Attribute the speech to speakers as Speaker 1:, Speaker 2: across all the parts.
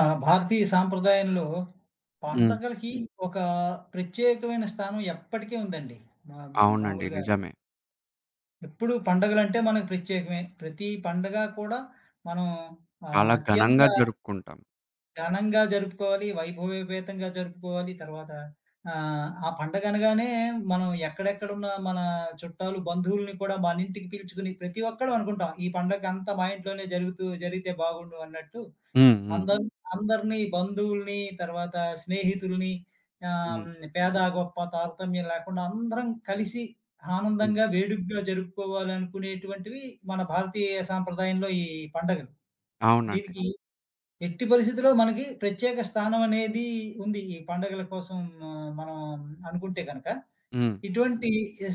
Speaker 1: ఆ! భారతీయ సాంప్రదాయంలో
Speaker 2: హ్మ్.
Speaker 1: పండగలకి హ్మ్. ఒక ప్రత్యేకమైన స్థానం ఎప్పటికీ ఉందండి. మా
Speaker 2: అవునండి.
Speaker 1: మామూలుగా
Speaker 2: నిజమే.
Speaker 1: ఎప్పుడు పండగలంటే మనకు ప్రత్యేకమే. ప్రతి పండగ కూడా మనం
Speaker 2: చాలా
Speaker 1: అత్యంత
Speaker 2: ఘనంగా
Speaker 1: అవును.
Speaker 2: జరుపుకుంటాం.
Speaker 1: ఘనంగా జరుపుకోవాలి, వైభవోపేతంగా జరుపుకోవాలి. తర్వాత ఆ పండగ అనగానే మనం ఎక్కడెక్కడున్న మన చుట్టాలు, బంధువుల్ని కూడా మన ఇంటికి పిలుచుకొని ప్రతి ఒక్కడు అనుకుంటాం. ఈ పండగంతా మా ఇంట్లోనే జరుగుతూ జరిగితే బాగుండు అన్నట్టు
Speaker 2: హ్మ్. హ్మ్.
Speaker 1: అందరు అందరిని బంధువుల్ని, తర్వాత స్నేహితుల్ని ఆహ్,
Speaker 2: హ్మ్.
Speaker 1: హ్మ్. పేద, గొప్ప తారతమ్యం లేకుండా అందరం కలిసి
Speaker 2: హ్మ్.
Speaker 1: ఆనందంగా, వేడుకగా జరుపుకోవాలనుకునేటువంటివి మన భారతీయ సాంప్రదాయంలో ఈ పండగలు.
Speaker 2: అవునండి.
Speaker 1: దీనికి ఎట్టి పరిస్థితిలో మనకి ప్రత్యేక స్థానం అనేది ఉంది. ఈ పండగల కోసం ఆ, మనం అనుకుంటే గనక.
Speaker 2: హ్మ్.
Speaker 1: ఇటువంటి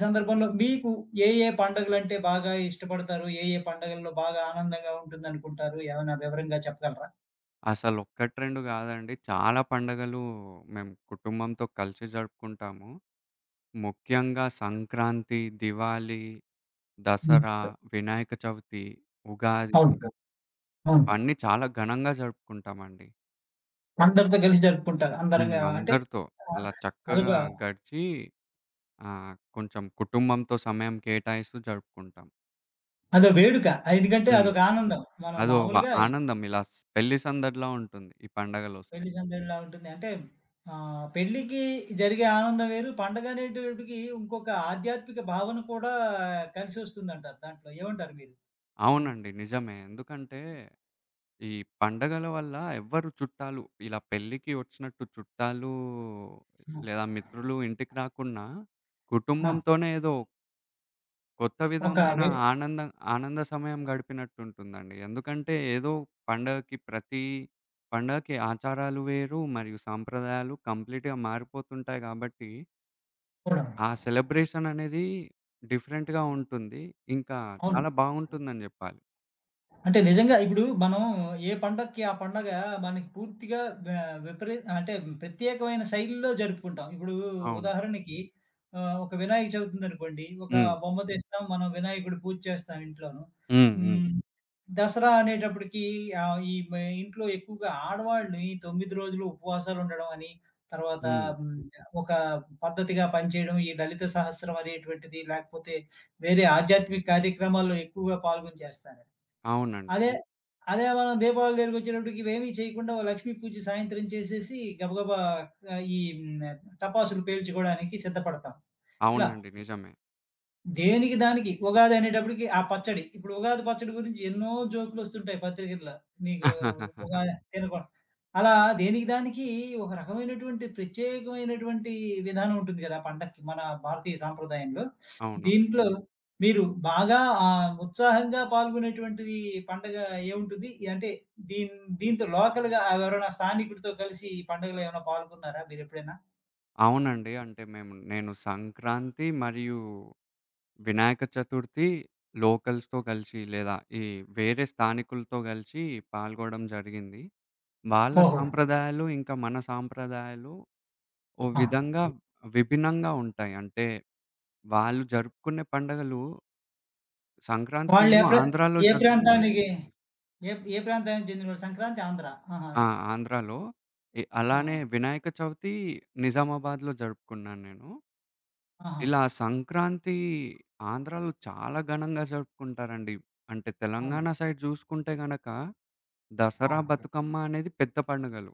Speaker 1: సందర్భంలో మీకు ఏ ఏ పండుగలంటే బాగా ఇష్టపడతారు? ఏ ఏ పండుగల్లో బాగా ఆనందంగా ఉంటుందనుకుంటారు? ఏమైనా వివరంగా చెప్పగలరా?
Speaker 2: అసలొక్కటి 2 గాదండి. చాలా పండగలు మేము కుటుంబంతో కలిసి జరుపుకుంటాము. ముఖ్యంగా సంక్రాంతి, దివాళీ, దసరా,
Speaker 1: హ్మ్.
Speaker 2: వినాయక చవితి, ఉగాది
Speaker 1: అవును. అవును.
Speaker 2: ఇవన్నీ చాలా ఘనంగా జరుపుకుంటామండి.
Speaker 1: అందరితో కలిసి జరుపుకుంటారు.
Speaker 2: హ్మ్.
Speaker 1: అందరంగా అంటే
Speaker 2: అందరితో
Speaker 1: ఆహ్,
Speaker 2: అలా
Speaker 1: అదొక
Speaker 2: చక్కగా గడిచి కొంచెం కుటుంబంతో సమయం కేటాయిస్తూ జరుపుకుంటాం.
Speaker 1: అదో వేడుక. ఎందుకంటే
Speaker 2: హ్మ్.
Speaker 1: అదొక ఆనందం. మనం
Speaker 2: అదో ఒక
Speaker 1: మామూలుగా ఈ
Speaker 2: ఆనందం, ఇలా పెళ్లి సందడిలా ఉంటుంది ఈ పండగలొస్తే.
Speaker 1: పెళ్లి సందడిలా ఉంటుంది. అంటే పెళ్ళికి జరిగే ఆనందం వేరు. పండగ అనేటప్పటికి ఇంకొక ఆధ్యాత్మిక భావన కూడా కలిసొస్తుందంటారు దాంట్లో. ఏమంటారు మీరు దీనికి?
Speaker 2: అవునండి. నిజమే. ఎందుకంటే ఈ పండగల వల్ల ఎవ్వరు చుట్టాలు, ఇలా పెళ్ళికి వచ్చినట్టు చుట్టాలు లేదా మిత్రులు ఇంటికి రాకున్నా,
Speaker 1: ఆ!
Speaker 2: కుటుంబంతోనే ఏదో కొత్త
Speaker 1: ఒక
Speaker 2: విధమైన
Speaker 1: వే
Speaker 2: ఆనంద ఆనంద సమయం గడిపినట్టుంటుందండి. ఎందుకంటే ఏదో ప్రతి పండగకి ఆచారాలు వేరు మరియు సాంప్రదాయాలు కంప్లీట్‌గా మారిపోతుంటాయి కాబట్టి
Speaker 1: కూడా.
Speaker 2: ఆ సెలబ్రేషన్ అనేది డిఫరెంట్‌గా ఉంటుంది. ఇంకా
Speaker 1: అవును.
Speaker 2: చాలా బాగుంటుందని జెప్పాలి.
Speaker 1: అంటే నిజంగా ఇప్పుడు మనం ఏ పండక్కి ఆ పండగ మనకి పూర్తిగా వె విపరీ అంటే ప్రత్యేకమైన శైలిలో జరుపుకుంటాం. ఇప్పుడు
Speaker 2: అవును.
Speaker 1: ఉదాహరణకి ఒక వినాయక చవితి ఉందనుకోండి. ఒక
Speaker 2: హ్మ్.
Speaker 1: బొమ్మ తెస్తాం. మనం వినాయకుడు పూజ చేస్తాం ఇంట్లోను.
Speaker 2: హ్మ్. హ్మ్.
Speaker 1: హ్మ్. దసరా అనేటప్పటికి ఆహ్, ఈ మ ఇంట్లో ఎక్కువగా ఆడవాళ్ళు ఈ 9 రోజులు ఉపవాసాలు ఉండడం అని, తర్వాత
Speaker 2: హ్మ్.
Speaker 1: హ్మ్, ఒక పద్ధతిగా పనిచేయడం. ఈ లలిత సహస్రం అనేటువంటిది లేకపోతే వేరే ఆధ్యాత్మిక కార్యక్రమాల్లో ఎక్కువగా పాల్గొని చేస్తారు.
Speaker 2: అవునండి.
Speaker 1: అదే, అదే మనం దీపావళి దగ్గరికొచ్చేటప్పటికి ఇవేమీ చేయకుండా ఓ లక్ష్మీ పూజ సాయంత్రం చేసేసి గబగబా ఆహ్, ఈ హ్మ్, టపాసులు పేల్చుకోవడానికి సిద్ధపడతాం. ఇలా.
Speaker 2: అవునండి. నిజమే.
Speaker 1: దేనికి దానికి. ఉగాది అనేటప్పటికి ఆ పచ్చడి. ఇప్పుడు ఉగాది పచ్చడి గురించి ఎన్నో జోకులొస్తుంటాయి పత్రికల్లో. నీకు ఉగాది తినకుండా. అలా దేనికి దానికి ఒక రకమైనటువంటి ప్రత్యేకమైనటువంటి విధానం ఉంటుంది గదా! పండక్కి మన భారతీయ సాంప్రదాయంలో.
Speaker 2: అవును.
Speaker 1: దీంట్లో మీరు బాగా ఉత్సాహంగా పాల్గొనేటువంటిది పండగ ఏముంటుంది? అంటే దీన్ దీంతో లోకల్‌గా ఎవరైనా స్థానికుడితో కలిసి ఈ పండుగలో ఏమైనా పాల్గొన్నారా మీరెప్పుడైనా?
Speaker 2: అవునండి. అంటే నేను సంక్రాంతి మరియు వినాయక చతుర్థి లోకల్స్‌తో కలిసి, లేదా ఈ వేరే స్థానికులతో కలిసి పాల్గొడం జరిగింది. వాళ్ళ
Speaker 1: ఓహో!
Speaker 2: సాంప్రదాయాలు ఇంకా మన సాంప్రదాయాలు ఓ
Speaker 1: ఆ!
Speaker 2: విధంగా విభిన్నంగా ఉంటాయి. అంటే వాళ్ళు జరుపుకునే పండగలు, సంక్రాంతి
Speaker 1: వాళ్ళు
Speaker 2: నేను ఆంధ్రాలో
Speaker 1: ఏ
Speaker 2: జరుపుకున్నాను.
Speaker 1: ప్రాంతానికి ఏ ఏ ప్రాంతానికి చెందినవాడు? సంక్రాంతి ఆంధ్ర. ఆహా!
Speaker 2: ఆ! ఆంధ్రాలో.
Speaker 1: ఆహా!
Speaker 2: అలానే వినాయక చవితి నిజామాబాద్‌లో జరుపుకున్నాను నేను.
Speaker 1: ఆహా!
Speaker 2: ఇలా సంక్రాంతి ఆంధ్రాలో చాలా ఘనంగా జరుపుకుంటారండి. అంటే తెలంగాణ
Speaker 1: అవును.
Speaker 2: సైడ్ చూసుకుంటే గనక
Speaker 1: ఆ!
Speaker 2: దసరా,
Speaker 1: హ్మ్.
Speaker 2: బతుకమ్మ అనేది పెద్ద పండుగలు.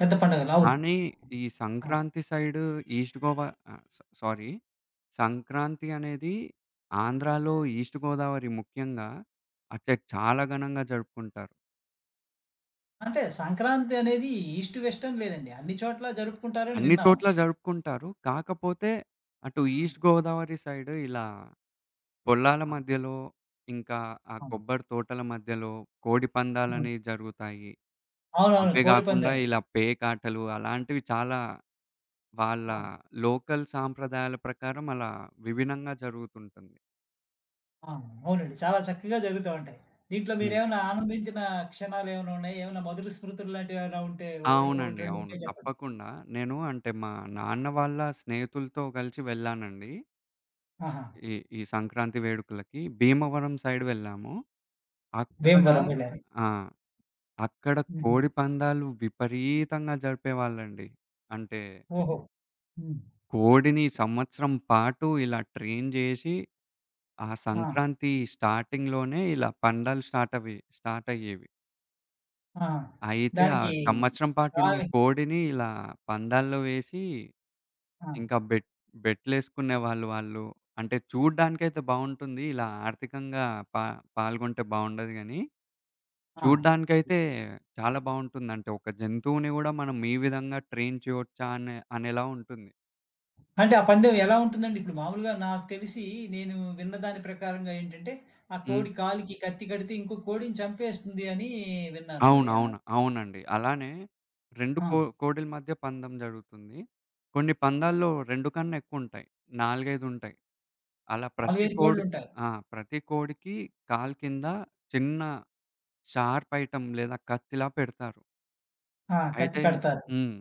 Speaker 1: పెద్ద పండుగలు. అవును.
Speaker 2: కానీ ఈ
Speaker 1: ఆ!
Speaker 2: సంక్రాంతి సైడ్, ఈస్ట్ గోవా ఆహ్, సా సారీ, సంక్రాంతి అనేది ఆంధ్రాలో ఈస్ట్ గోదావరి, ముఖ్యంగా అటు సైడ్ చాలా ఘనంగా జరుపుకుంటారు.
Speaker 1: అంటే సంక్రాంతి అనేది ఈస్ట్, వెస్ట్ అని లేదండి. అన్ని చోట్ల జరుపుకుంటారని
Speaker 2: అన్ని
Speaker 1: విన్నాం.
Speaker 2: చోట్ల జరుపుకుంటారు. కాకపోతే అటు
Speaker 1: హ్మ్.
Speaker 2: ఈస్ట్ గోదావరి సైడ్ ఇలా పొలాల
Speaker 1: ఆ!
Speaker 2: మధ్యలో, ఇంకా ఆ
Speaker 1: అవును.
Speaker 2: కొబ్బరి తోటల మధ్యలో కోడి
Speaker 1: హ్మ్.
Speaker 2: పందాలనేవి జరుగుతాయి.
Speaker 1: అవునవును.
Speaker 2: అవే
Speaker 1: కోడి
Speaker 2: గాకుండా
Speaker 1: పందాలు.
Speaker 2: ఇలా పేకాటలు అలాంటివి చాలా, వాళ్ళ
Speaker 1: ఆ!
Speaker 2: లోకల్ సాంప్రదాయాల ప్రకారం అలా విభిన్నంగా జరుగుతుంటుంది.
Speaker 1: ఆ! అవునండి. చాలా చక్కగా జరుగుతా ఉంటాయి. దీంట్లో
Speaker 2: హ్మ్.
Speaker 1: మీరేమైనా ఆనందించిన క్షణాలేమైనా ఉన్నాయా? ఏమైనా మధుర స్మృతులు లాంటివి ఏమైనా ఉంటే ఓ ఒకటి,
Speaker 2: అవునండి.
Speaker 1: రెండు
Speaker 2: అవును.
Speaker 1: ఉంటే చెప్పండి.
Speaker 2: తప్పకుండా. నేను అంటే మా నాన్న వాళ్ళ స్నేహితులతో కలిసి వెళ్ళానండి.
Speaker 1: ఆహా!
Speaker 2: ఈ ఈ సంక్రాంతి వేడుకలకి భీమవరం సైడ్ వెళ్ళాము. అక్కడ
Speaker 1: భీమవరం వెళ్లారు.
Speaker 2: ఆ! అక్కడ
Speaker 1: హుహు.
Speaker 2: కోడి పందాలు విపరీతంగా జరిపేవాళ్ళండి. అంటే
Speaker 1: ఓహో! హ్మ్.
Speaker 2: కోడిని సంవత్సరం పాటు ఇలా ట్రైన్ జేసి, ఆ
Speaker 1: ఆ!
Speaker 2: సంక్రాంతి స్టార్టింగ్‌లోనే ఇలా పందాలు స్టార్ట్ అయ్యేవి.
Speaker 1: ఆ!
Speaker 2: అయితే ఆ
Speaker 1: దానికి
Speaker 2: సంవత్సరం పాటు ఉన్న
Speaker 1: కాలి
Speaker 2: కోడిని ఇలా పందాల్లో వేసి,
Speaker 1: ఆ!
Speaker 2: ఇంకా బెట్లేసుకునేవాళ్ళు వాళ్ళు. అంటే చూడ్డానికైతే బావుంటుంది. ఇలా ఆర్థికంగా పా పాల్గొంటే బావుండదు గాని,
Speaker 1: ఆ!
Speaker 2: చూడ్డానికైతే చాలా బావుంటుందంటే, ఒక జంతువుని గూడా మనం ఈ విధంగా ట్రైన్ చేయొచ్చా అనేలా ఉంటుంది.
Speaker 1: అంటే ఆ పందెం ఎలా ఉంటుందండి? ఇప్పుడు మామూలుగా నాకు తెలిసి నేను విన్న దాని ప్రకారంగా ఏంటంటే, ఆ
Speaker 2: హ్మ్.
Speaker 1: కోడి కాలికి కత్తి కడితే ఇంకో కోడిని చంపేస్తుంది అని విన్నాను మరి.
Speaker 2: అవునవును. అవునండి. అలానే 2
Speaker 1: ఆ!
Speaker 2: కోడెల మధ్య పందెం జరుగుతుంది. కొన్ని పందాల్లో 2 కన్నా ఎక్కువుంటాయి. 4, 5 ఉంటాయి. అలా
Speaker 1: 4,
Speaker 2: ప్రతి
Speaker 1: 5
Speaker 2: కోడికి
Speaker 1: కోడ్లుంటాయి.
Speaker 2: ఆ! ప్రతి కోడికి కాలు కింద చిన్న షార్ప్ ఐటెమ్ లేదా కత్తిలా పెడతారు.
Speaker 1: ఆ! కత్తి
Speaker 2: అయితే
Speaker 1: కడతారు.
Speaker 2: హ్మ్.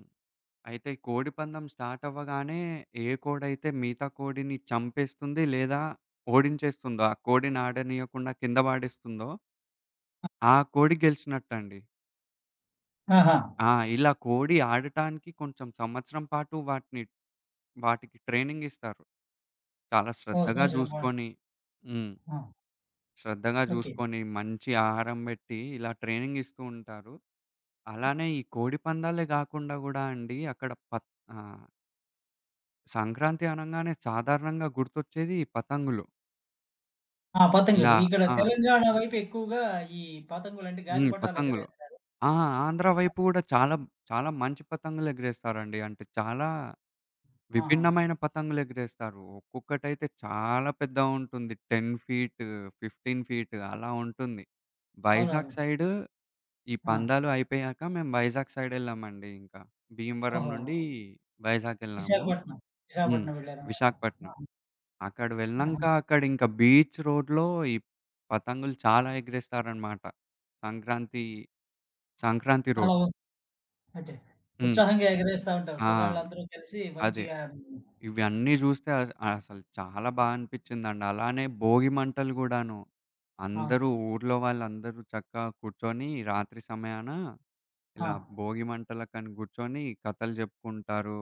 Speaker 2: అయితే కోడి పందెం స్టార్ట్ అవ్వగానే ఏ కోడైతే మిగతా కోడిని చంపేస్తుంది, లేదా ఓడించేస్తుందో, ఆ కోడిని ఆడనీయకుండా కింద పడేస్తుందో, ఆ కోడి గెలిచినట్టండి.
Speaker 1: ఆహా!
Speaker 2: ఆ! ఇలా కోడి ఆడటానికి కొంచెం సంవత్సరం పాటు వాటికి ట్రైనింగ్ ఇస్తారు. చాలా
Speaker 1: ఓహ్!
Speaker 2: శ్రద్ధగా
Speaker 1: సంవత్సరం పాటు.
Speaker 2: చూసుకొని హ్మ్.
Speaker 1: ఆ!
Speaker 2: శ్రద్ధగా
Speaker 1: ఓకే.
Speaker 2: చూసుకొని మంచి ఆహారం పెట్టి ఇలా ట్రైనింగ్ ఇస్తూ ఉంటారు. అలానే ఈ కోడి పందాలే గాకుండా గూడా అండి, అక్కడ ఆ! సంక్రాంతి అనంగానే సాధారణంగా గుర్తొచ్చేది ఈ పతంగులు.
Speaker 1: ఆ!
Speaker 2: ఇలా
Speaker 1: పతంగులు. ఇక్కడ
Speaker 2: ఆ!
Speaker 1: తెలంగాణ వైపు ఎక్కువగా ఈ పతంగులంటే
Speaker 2: హ్మ్.
Speaker 1: గాలిపటాలు ఎగరే
Speaker 2: పతంగులు. ఆ! ఆంధ్ర వైపు గూడా చాలా, చాలా మంచి పతంగులెగరేస్తారండి. అంటే చాలా
Speaker 1: ఆహా!
Speaker 2: విభిన్నమైన పతంగులెగరేస్తారు. ఒక్కొక్కటైతే చాలా పెద్దగుంటుంది. 10 ఫీట్, 15 ఫీట్ అలా ఉంటుంది. వైజాగ్
Speaker 1: అవునవును.
Speaker 2: సైడ్, ఈ
Speaker 1: ఆ!
Speaker 2: పందాలు అయిపోయాక మేము వైజాగ్ సైడెళ్ళామండి ఇంకా. భీమవరం
Speaker 1: ఓహో!
Speaker 2: నుండి వైజాగెళ్ళాము.
Speaker 1: విశాఖపట్నం.
Speaker 2: హ్మ్.
Speaker 1: విశాఖపట్నం వెళ్లారన్నమాట.
Speaker 2: విశాఖపట్నం.
Speaker 1: ఆహా!
Speaker 2: అక్కడ వెళ్ళినంక
Speaker 1: ఆహా!
Speaker 2: అక్కడింక బీచ్ రోడ్‌లో ఈ పతంగులు చాలా ఎగిరేస్తారనమాట. సంక్రాంతి సంక్రాంతి
Speaker 1: అలా
Speaker 2: రోడ్.
Speaker 1: ఓహ్! అదే.
Speaker 2: హ్మ్.
Speaker 1: ఉత్సాహంగా ఎగరేస్తా ఉంటారు.
Speaker 2: ఆ!
Speaker 1: కుర్రాళ్ళందరూ కలిసి
Speaker 2: అదే.
Speaker 1: మంచిగా
Speaker 2: ఇవన్నీ జూస్తే అసలు చాలా అనిపిచ్చిందండి. అలానే భోగి మంటలు గూడాను.
Speaker 1: ఆ!
Speaker 2: ఊర్లో వాళ్ళందరూ చక్కగా కూర్చొని రాత్రి సమయాన
Speaker 1: ఆ!
Speaker 2: ఇలా భోగి మంటలకని గూర్చొని కథలు జెప్పుకుంటారు.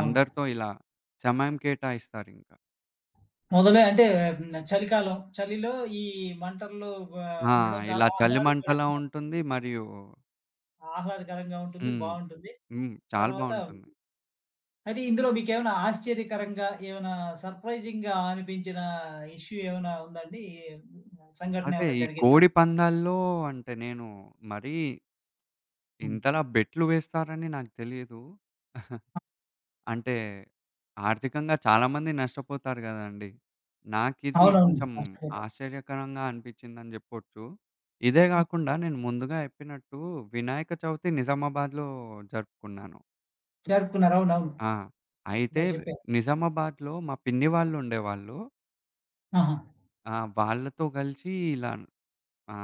Speaker 1: అవును.
Speaker 2: అందరితో ఇలా సమయం కేటాయిస్తారింక.
Speaker 1: మొదలే అంటే హ్మ్. చలికాలం. చలిలో ఈ మంటల్లో
Speaker 2: ఆ!
Speaker 1: ఉండడం
Speaker 2: ఇలా
Speaker 1: చాలా
Speaker 2: చలి మంటలా
Speaker 1: ఆహ్లాదకరంగా
Speaker 2: ఉంటుంది. మరియు
Speaker 1: ఆహ్లాదకరంగా ఉంటుంది.
Speaker 2: హ్మ్.
Speaker 1: బావుంటుంది.
Speaker 2: హ్మ్. చాలా
Speaker 1: తర్వాత
Speaker 2: బావుంటుంది.
Speaker 1: అయితే ఇందులో మీకేమైనా ఆశ్చర్యకరంగా, ఏమైనా సర్ప్రైజింగ్‌గా అనిపించిన ఇష్యూ ఏమైనా ఉందండి? ఈ సంఘటన
Speaker 2: అదే,
Speaker 1: ఏమైనా
Speaker 2: ఈ
Speaker 1: జరిగిందా?
Speaker 2: కోడి పందాల్లో అంటే నేను మరీ
Speaker 1: హ్మ్.
Speaker 2: ఇంతలా బెట్లు వేస్తారని నాకు తెలీదు. అంటే ఆర్థికంగా చాలా మంది నష్టపోతారు గదండీ! నాకిది
Speaker 1: అవునవును.
Speaker 2: కొంచెం
Speaker 1: ఆశ్చర్యకరం.
Speaker 2: ఆశ్చర్యకరంగా అనిపిచ్చిందని జెప్పొచ్చు. ఇదే
Speaker 1: హ్మ్.
Speaker 2: గాకుండా నేను ముందుగా చెప్పినట్టు వినాయక చవితి నిజామాబాద్‌లో జరుపుకున్నాను.
Speaker 1: జరుపుకున్నారు. అవునవును.
Speaker 2: ఆ! అయితే
Speaker 1: ఇందాక చెప్పారు.
Speaker 2: నిజామాబాద్‌లో మా పిన్ని వాళ్ళు ఉండేవాళ్ళు.
Speaker 1: ఆహా!
Speaker 2: ఆ! వాళ్ళతో గలిసి ఇలా ఆ!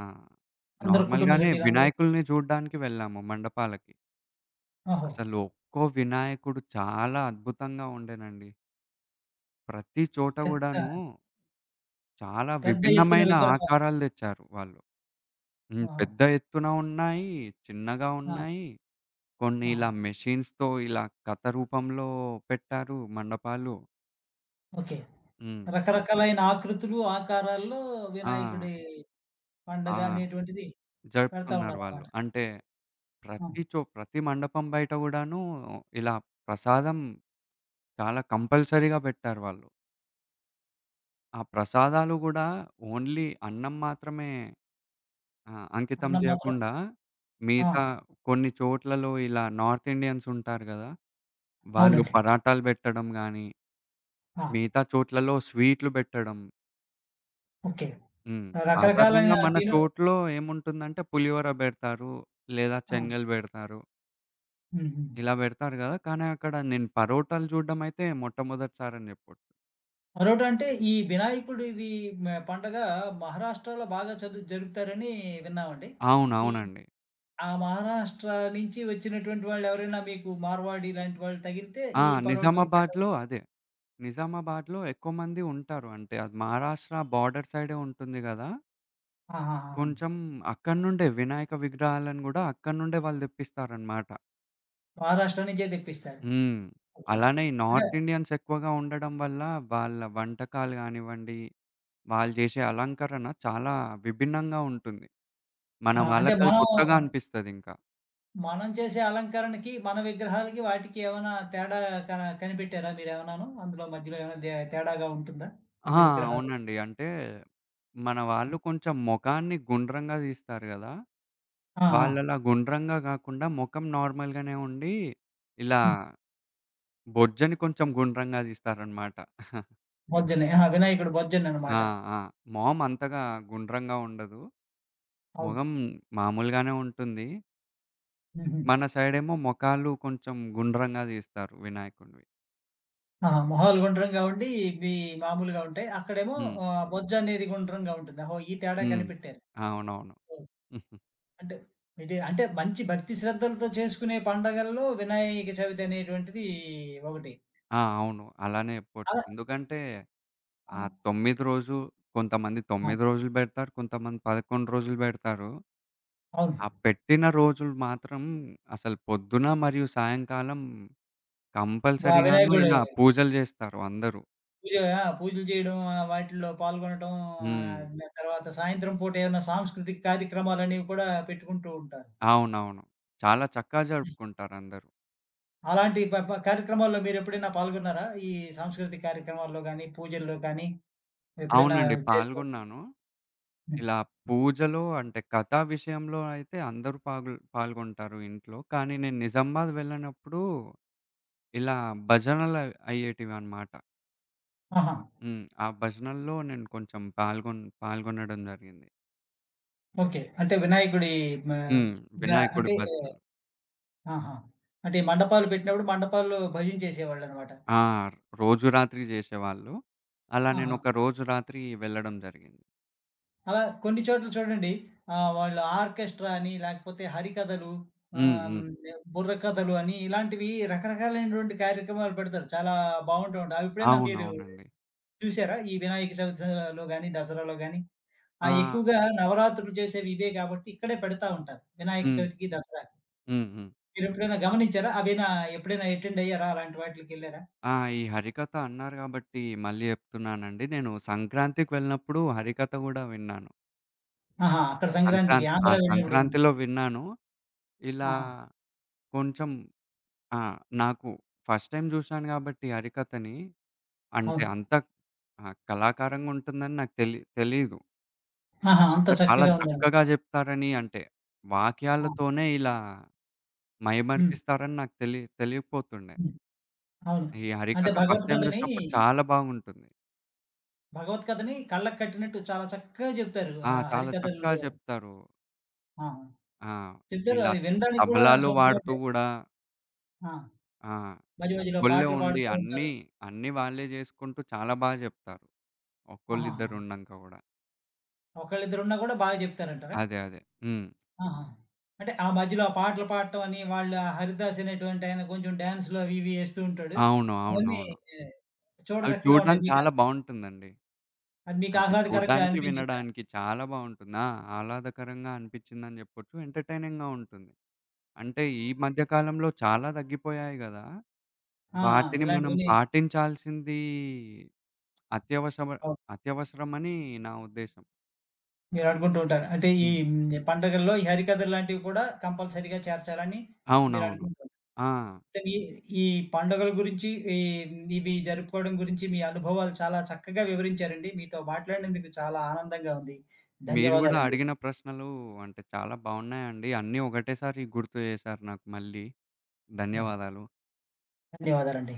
Speaker 1: అందరూ కుటుంబ
Speaker 2: నార్మల్‌గానే
Speaker 1: సభ్యులందరూ
Speaker 2: వినాయకుల్ని చూడ్డానికి వెళ్ళాము మండపాలకి.
Speaker 1: ఓహో!
Speaker 2: అసలు ఒక్కో వినాయకుడు చాలా అద్భుతంగా ఉండేనండి. ప్రతి చోట
Speaker 1: పెద్ద
Speaker 2: గూడాను చాలా
Speaker 1: పెద్ద ఎత్తున
Speaker 2: విభిన్నమైన
Speaker 1: విగ్రహాలు.
Speaker 2: ఆకారాలు తెచ్చారు వాళ్ళు. హ్మ్.
Speaker 1: ఆహా!
Speaker 2: పెద్ద ఎత్తున ఉన్నాయి, చిన్నగా
Speaker 1: ఆ!
Speaker 2: ఉన్నాయి. కొన్ని
Speaker 1: ఆహా!
Speaker 2: ఇలా మెషిన్స్‌తో ఇలా కథ రూపంలో పెట్టారు మండపాలు.
Speaker 1: ఓకే.
Speaker 2: హ్మ్.
Speaker 1: రకరకాలైన ఆకృతులు, ఆకారాల్లో
Speaker 2: ఆ!
Speaker 1: వినాయకుడి
Speaker 2: ఆ!
Speaker 1: పండగ అనేటువంటిది పెడతా
Speaker 2: జరుపుతున్నారు వాళ్ళు.
Speaker 1: ఉన్నారనమాట.
Speaker 2: అంటే
Speaker 1: ఆ!
Speaker 2: ప్రతి మండపం బయట గూడాను ఇలా ప్రసాదం చాలా కంపల్సరీగా పెట్టారు వాళ్ళు. ఆ ప్రసాదాలు గూడా ఓన్లీ అన్నం మాత్రమే అంకితం
Speaker 1: అన్నం మాత్రం
Speaker 2: జేయకుండా,
Speaker 1: ఆ!
Speaker 2: మిగతా కొన్ని చోట్లలో ఇలా నార్త్ ఇండియన్స్ ఉంటారు గదా! వాళ్ళు
Speaker 1: అవునండి.
Speaker 2: పరాటాలు బెట్టడం గానీ,
Speaker 1: ఆ!
Speaker 2: మిగతా చోట్లలో స్వీట్లు బెట్టడం.
Speaker 1: ఓకే.
Speaker 2: హ్మ్.
Speaker 1: రకరకాలైన
Speaker 2: సాధారణంగా మన
Speaker 1: తిను
Speaker 2: చోట్లో ఏముంటుందంటే పులిహోర బెడతారు, లేదా
Speaker 1: ఆ!
Speaker 2: చెంగల్ బెడతారు.
Speaker 1: హుహు.
Speaker 2: ఇలా బెడతారు గదా! కానీ అక్కడ నేను పరోటాలు జూడడం అయితే మొట్టమొదటిసారని జెప్పొచ్చు.
Speaker 1: మరోటంటే ఈ వినాయకుడిది పండగ మహారాష్ట్రలో బాగా జరుపుతారని విన్నామండి. ఈ
Speaker 2: అవునవునండి.
Speaker 1: ఆ మహారాష్ట్ర నుంచి వచ్చినటువంటి వాళ్ళెవరైనా మీకు మార్వాడి ఇలాంటి వాళ్ళు తగిలితే
Speaker 2: ఆ!
Speaker 1: ఈ పరోటాలు పెట్టడం
Speaker 2: నిజామాబాద్‌లో అదే. నిజామాబాద్‌లో ఎక్కువ మంది ఉంటారు. అంటే అది మహారాష్ట్ర బోర్డర్ సైడే ఉంటుంది గదా!
Speaker 1: ఆహాహా!
Speaker 2: కొంచెం అక్కడి నుండే వినాయక విగ్రహాలను గూడా అక్కడి నుండే వాళ్ళు తెప్పిస్తారనమాట.
Speaker 1: మహారాష్ట్ర నుంచే తెప్పిస్తారు.
Speaker 2: హ్మ్.
Speaker 1: ఓకే.
Speaker 2: అలానే ఈ
Speaker 1: అంటే
Speaker 2: నార్త్ ఇండియన్స్ ఎక్కువగా ఉండడం వల్ల వాళ్ళ వంటకాలు గానివ్వండి, వాళ్ళు జేసే అలంకరణ చాలా విభిన్నంగా ఉంటుంది. మన
Speaker 1: ఆ! అంటే
Speaker 2: వాళ్ళకది
Speaker 1: మనం
Speaker 2: కొత్తగా అనిపిస్తదింకా.
Speaker 1: మనం చేసే అలంకరణకి, మన విగ్రహాలకి వాటికి ఏమైనా తేడా కనిపెట్టారా మీరేమన్నాను? అందులో మధ్యలో ఏమైనా తేడాగా ఉంటుందా?
Speaker 2: ఆ!
Speaker 1: వెండి విగ్రహాలు.
Speaker 2: అవునండి. అంటే మన వాళ్ళు కొంచెం మొఖాన్ని గుండ్రంగా తీస్తారు గదా!
Speaker 1: ఆ! ఆ!
Speaker 2: వాళ్ళలా గుండ్రంగా గాకుండా మొఖం నార్మల్‌గానే ఉండి, ఇలా
Speaker 1: హ్మ్.
Speaker 2: బొజ్జని కొంచెం గుండ్రంగా తీస్తారనమాట.
Speaker 1: బొజ్జనే. ఆహా! వినాయకుడు బొజ్జననమాట.
Speaker 2: ఆ! ఆ! మొహం అంతగా గుండ్రంగా ఉండదు.
Speaker 1: అవును.
Speaker 2: మొఖం మామూలుగానే ఉంటుంది.
Speaker 1: హుహు.
Speaker 2: మన సైడేమో మొఖాలు కొంచెం గుండ్రంగా తీస్తారు వినాయకుడివి.
Speaker 1: ఆహా! మొహాలు గుండ్రంగా ఉండి, ఇవి మామూలుగా ఉంటాయి. అక్కడేమో
Speaker 2: హ్మ్.
Speaker 1: బొజ్జ అనేది గుండ్రంగా ఉంటుంది. ఓహో! ఈ తేడా
Speaker 2: హ్మ్.
Speaker 1: కనిపెట్టారు.
Speaker 2: అవునవును.
Speaker 1: ఓహ్! అంటే ఇది మంచి భక్తి శ్రద్ధలతో చేసుకునే పండగల్లో వినాయక చవితి అనేటువంటిది ఒకటి.
Speaker 2: ఆ! అవును. అలానే
Speaker 1: అలా
Speaker 2: ఎందుకంటే,
Speaker 1: ఆ!
Speaker 2: ఆ 9 రోజు కొంతమంది
Speaker 1: ఆ!
Speaker 2: 9 రోజులు బెడతారు. కొంతమంది 11 రోజులు బెడతారు.
Speaker 1: అవును.
Speaker 2: ఆ పెట్టిన రోజులు మాత్రం అసలు పొద్దున మరియు సాయంకాలం కంపల్సరీగాను
Speaker 1: వినాయకుడు
Speaker 2: ఇలా పూజలు జేస్తారు అందరూ.
Speaker 1: పూజ ఆ! పూజలు చేయడం, వాటిల్లో పాల్గొనటం
Speaker 2: హ్మ్.
Speaker 1: ఆహ్, న తర్వాత సాయంత్రం పూట ఏమైనా సాంస్కృతిక కార్యక్రమాలనేవి కూడా పెట్టుకుంటూ ఉంటారు.
Speaker 2: అవునవును. చాలా చక్కగా జరుపుకుంటారందరూ.
Speaker 1: అలాంటి ప ప కార్యక్రమాల్లో మీరెప్పుడైనా పాల్గొన్నారా? ఈ సాంస్కృతిక కార్యక్రమాల్లో గానీ, పూజల్లో కానీ ఎప్పుడైనా
Speaker 2: అవునండి.
Speaker 1: చేస్తూ
Speaker 2: పాల్గొన్నాను.
Speaker 1: హ్మ్.
Speaker 2: ఇలా పూజలో అంటే కథా విషయంలో అయితే అందరూ పాల్గొంటారు ఇంట్లో. కానీ నేను నిజామాబాద్ వెళ్ళినప్పుడు ఇలా భజనలు అయ్యేటివన్నమాట.
Speaker 1: ఆహా!
Speaker 2: హ్మ్. ఆ భజనల్లో నేను కొంచెం పాల్గొనడం జరిగింది.
Speaker 1: ఓకే. అంటే వినాయకుడి మ
Speaker 2: హ్మ్.
Speaker 1: గ
Speaker 2: వినాయకుడి
Speaker 1: అంటే ఏ,
Speaker 2: భజన.
Speaker 1: ఆహా! అంటే ఈ మండపాలు పెట్టినప్పుడు మండపాల్లో భజన చేసేవాళ్ళనమాట.
Speaker 2: ఆ! రోజు రాత్రి జేసేవాళ్ళు. అలా
Speaker 1: ఆహా!
Speaker 2: నేనొక రోజు రాత్రి వెళ్ళడం జరిగింది.
Speaker 1: అలా కొన్ని చోట్ల చూడండి వాళ్ళు ఆర్కెస్ట్రా అని, లేకపోతే హరికథలు, ఆహ్,
Speaker 2: హ్మ్.
Speaker 1: హ్మ్,
Speaker 2: హ్మ్.
Speaker 1: బుర్రకథలు అని ఇలాంటివి రకరకాలైనటువంటి కార్యక్రమాలు పెడతారు. చాలా బావుంటూ ఉంటాయి. అవి ఎప్పుడైనా మీరు
Speaker 2: అవునవునండి.
Speaker 1: చూసారా? ఈ వినాయక చవితిలో గాని, దసరాలో గాని ఆ!
Speaker 2: ఆ!
Speaker 1: ఎక్కువగా నవరాత్రులు చేసేవి ఇవే కాబట్టి ఇక్కడే పెడతా ఉంటారు. వినాయక
Speaker 2: హ్మ్.
Speaker 1: చవితికి, దసరాకి.
Speaker 2: హ్మ్. హ్మ్.
Speaker 1: మీరెప్పుడైనా గమనించారా? అవేనా ఎప్పుడైనా అటెండ్ అయ్యారా? అలాంటి వాటిలకెళ్లారా?
Speaker 2: ఆ! ఈ హరికథ అన్నారు గాబట్టి మళ్ళీ జెప్తున్నానండి. నేను సంక్రాంతికి వెళ్ళినప్పుడు హరికథ గూడా విన్నాను.
Speaker 1: ఆహా! అక్కడ సంక్రాంతికి
Speaker 2: సంక్రాంతి ఆ!
Speaker 1: ఆంధ్ర వెళ్ళినప్పుడు ఏం లే
Speaker 2: సంక్రాంతిలో విన్నాను. ఇలా
Speaker 1: ఆహా!
Speaker 2: కొంచెం ఆ! నాకు ఫస్ట్ టైమ్ జూశాను గాబట్టి హరికథని, అంటే
Speaker 1: అవును.
Speaker 2: అంత కళాకారంగుంటుందని నాకు తెలీదు.
Speaker 1: ఆహా! అంత
Speaker 2: ఇంకా చాలా
Speaker 1: చక్కగా ఉందండి.
Speaker 2: చక్కగా జెప్తారని అంటే,
Speaker 1: ఆ!
Speaker 2: వాక్యాలతోనే ఇలా
Speaker 1: హ్మ్.
Speaker 2: మైమరిపిస్తారని నాకు తెలియకపోతుండే.
Speaker 1: హ్మ్. అవును.
Speaker 2: ఈ
Speaker 1: అంటే
Speaker 2: హరికథ ఫస్ట్ టైమ్
Speaker 1: భగవద్గీతని,
Speaker 2: జూసినప్పుడు
Speaker 1: హ్మ్.
Speaker 2: చాలా బాగుంటుంది.
Speaker 1: భగవద్గీతని కళ్ళకి కట్టినట్టు చాలా చక్కగా చెప్తారు.
Speaker 2: ఆ!
Speaker 1: ఆ
Speaker 2: చాలా చక్కగా
Speaker 1: హరికథల్లో
Speaker 2: చెప్తారు.
Speaker 1: ఆ!
Speaker 2: ఆ!
Speaker 1: చెప్తారు.
Speaker 2: ఇలా
Speaker 1: అది అవును. వినడానికి కూడా
Speaker 2: తబలాలు వాడుతూ
Speaker 1: సూపరుంటాయి.
Speaker 2: గూడా
Speaker 1: ఆ!
Speaker 2: ఆ!
Speaker 1: మధ్య మధ్యలో
Speaker 2: ఒక్కళ్ళే
Speaker 1: పాటలు
Speaker 2: ఉండి
Speaker 1: పాడుతూ
Speaker 2: అన్నీ,
Speaker 1: ఉంటారు.
Speaker 2: అన్నీ వాళ్ళే జేసుకుంటూ చాలా జెప్తారు.
Speaker 1: ఆహాహా!
Speaker 2: ఒక్కళ్ళిద్దరు ఉండంక గూడా.
Speaker 1: ఒకళ్ళిద్దరున్నా కూడా బాగా చెప్తారంటారా?
Speaker 2: అదే. అదే. హ్మ్.
Speaker 1: ఆహా! అంటే ఆ మధ్యలో ఆ పాటలు పాడటం అని వాళ్ళు ఆ హరిదాస్ అనేటువంటి ఆయన కొంచెం డాన్స్‌లు అవి ఇవి ఏస్తూ ఉంటాడు.
Speaker 2: అవును.
Speaker 1: అవన్నీ
Speaker 2: అవునవును.
Speaker 1: ఏ, చూడ
Speaker 2: అవి
Speaker 1: చక్కగా ఉంటాయి.
Speaker 2: చూడడానికి
Speaker 1: మీకు
Speaker 2: చాలా బావుంటుందండి.
Speaker 1: అది మీకు
Speaker 2: అంటే
Speaker 1: ఆహ్లాదకరంగా
Speaker 2: చూడ్డానికి,
Speaker 1: అనిపించిందా?
Speaker 2: వినడానికి చాలా బావుంటుంది. ఆ! ఆహ్లాదకరంగా అనిపిచ్చిందని జెప్పొచ్చు. ఎంటర్‌టైనింగ్‌గా ఉంటుంది. అంటే ఈ మధ్య కాలంలో చాలా తగ్గిపోయాయి గదా!
Speaker 1: ఆ! ఆ!
Speaker 2: వాటిని మనం
Speaker 1: ఇలాంటివన్నీ
Speaker 2: పాటించాల్సింది అత్యవసమ
Speaker 1: అవును.
Speaker 2: అత్యవసరమని నా ఉద్దేశం.
Speaker 1: మీరనుకుంటూ ఉంటారు. అంటే ఈ
Speaker 2: హ్మ్.
Speaker 1: హ్మ్. పండగల్లో ఈ హరికథలు లాంటివి కూడా కంపల్సరీగా చేర్చాలని
Speaker 2: అవునవును.
Speaker 1: మీరనుకుంటారు.
Speaker 2: ఆ!
Speaker 1: అయితే మీ ఈ పండుగల గురించి ఈ ఇవి జరుపుకోవడం గురించి మీ అనుభవాలు చాలా చక్కగా వివరించారండి. మీతో మాట్లాడినందుకు చాలా ఆనందంగా ఉంది.
Speaker 2: మీరు గూడా
Speaker 1: ధన్యవాదాలండి.
Speaker 2: అడిగిన ప్రశ్నలు అంటే చాలా బావున్నాయండి. అన్నీ ఒకటేసారి గుర్తు జేశారు నాకు మళ్ళీ.
Speaker 1: ఆ!
Speaker 2: ధన్యవాదాలు.
Speaker 1: ధన్యవాదాలండి.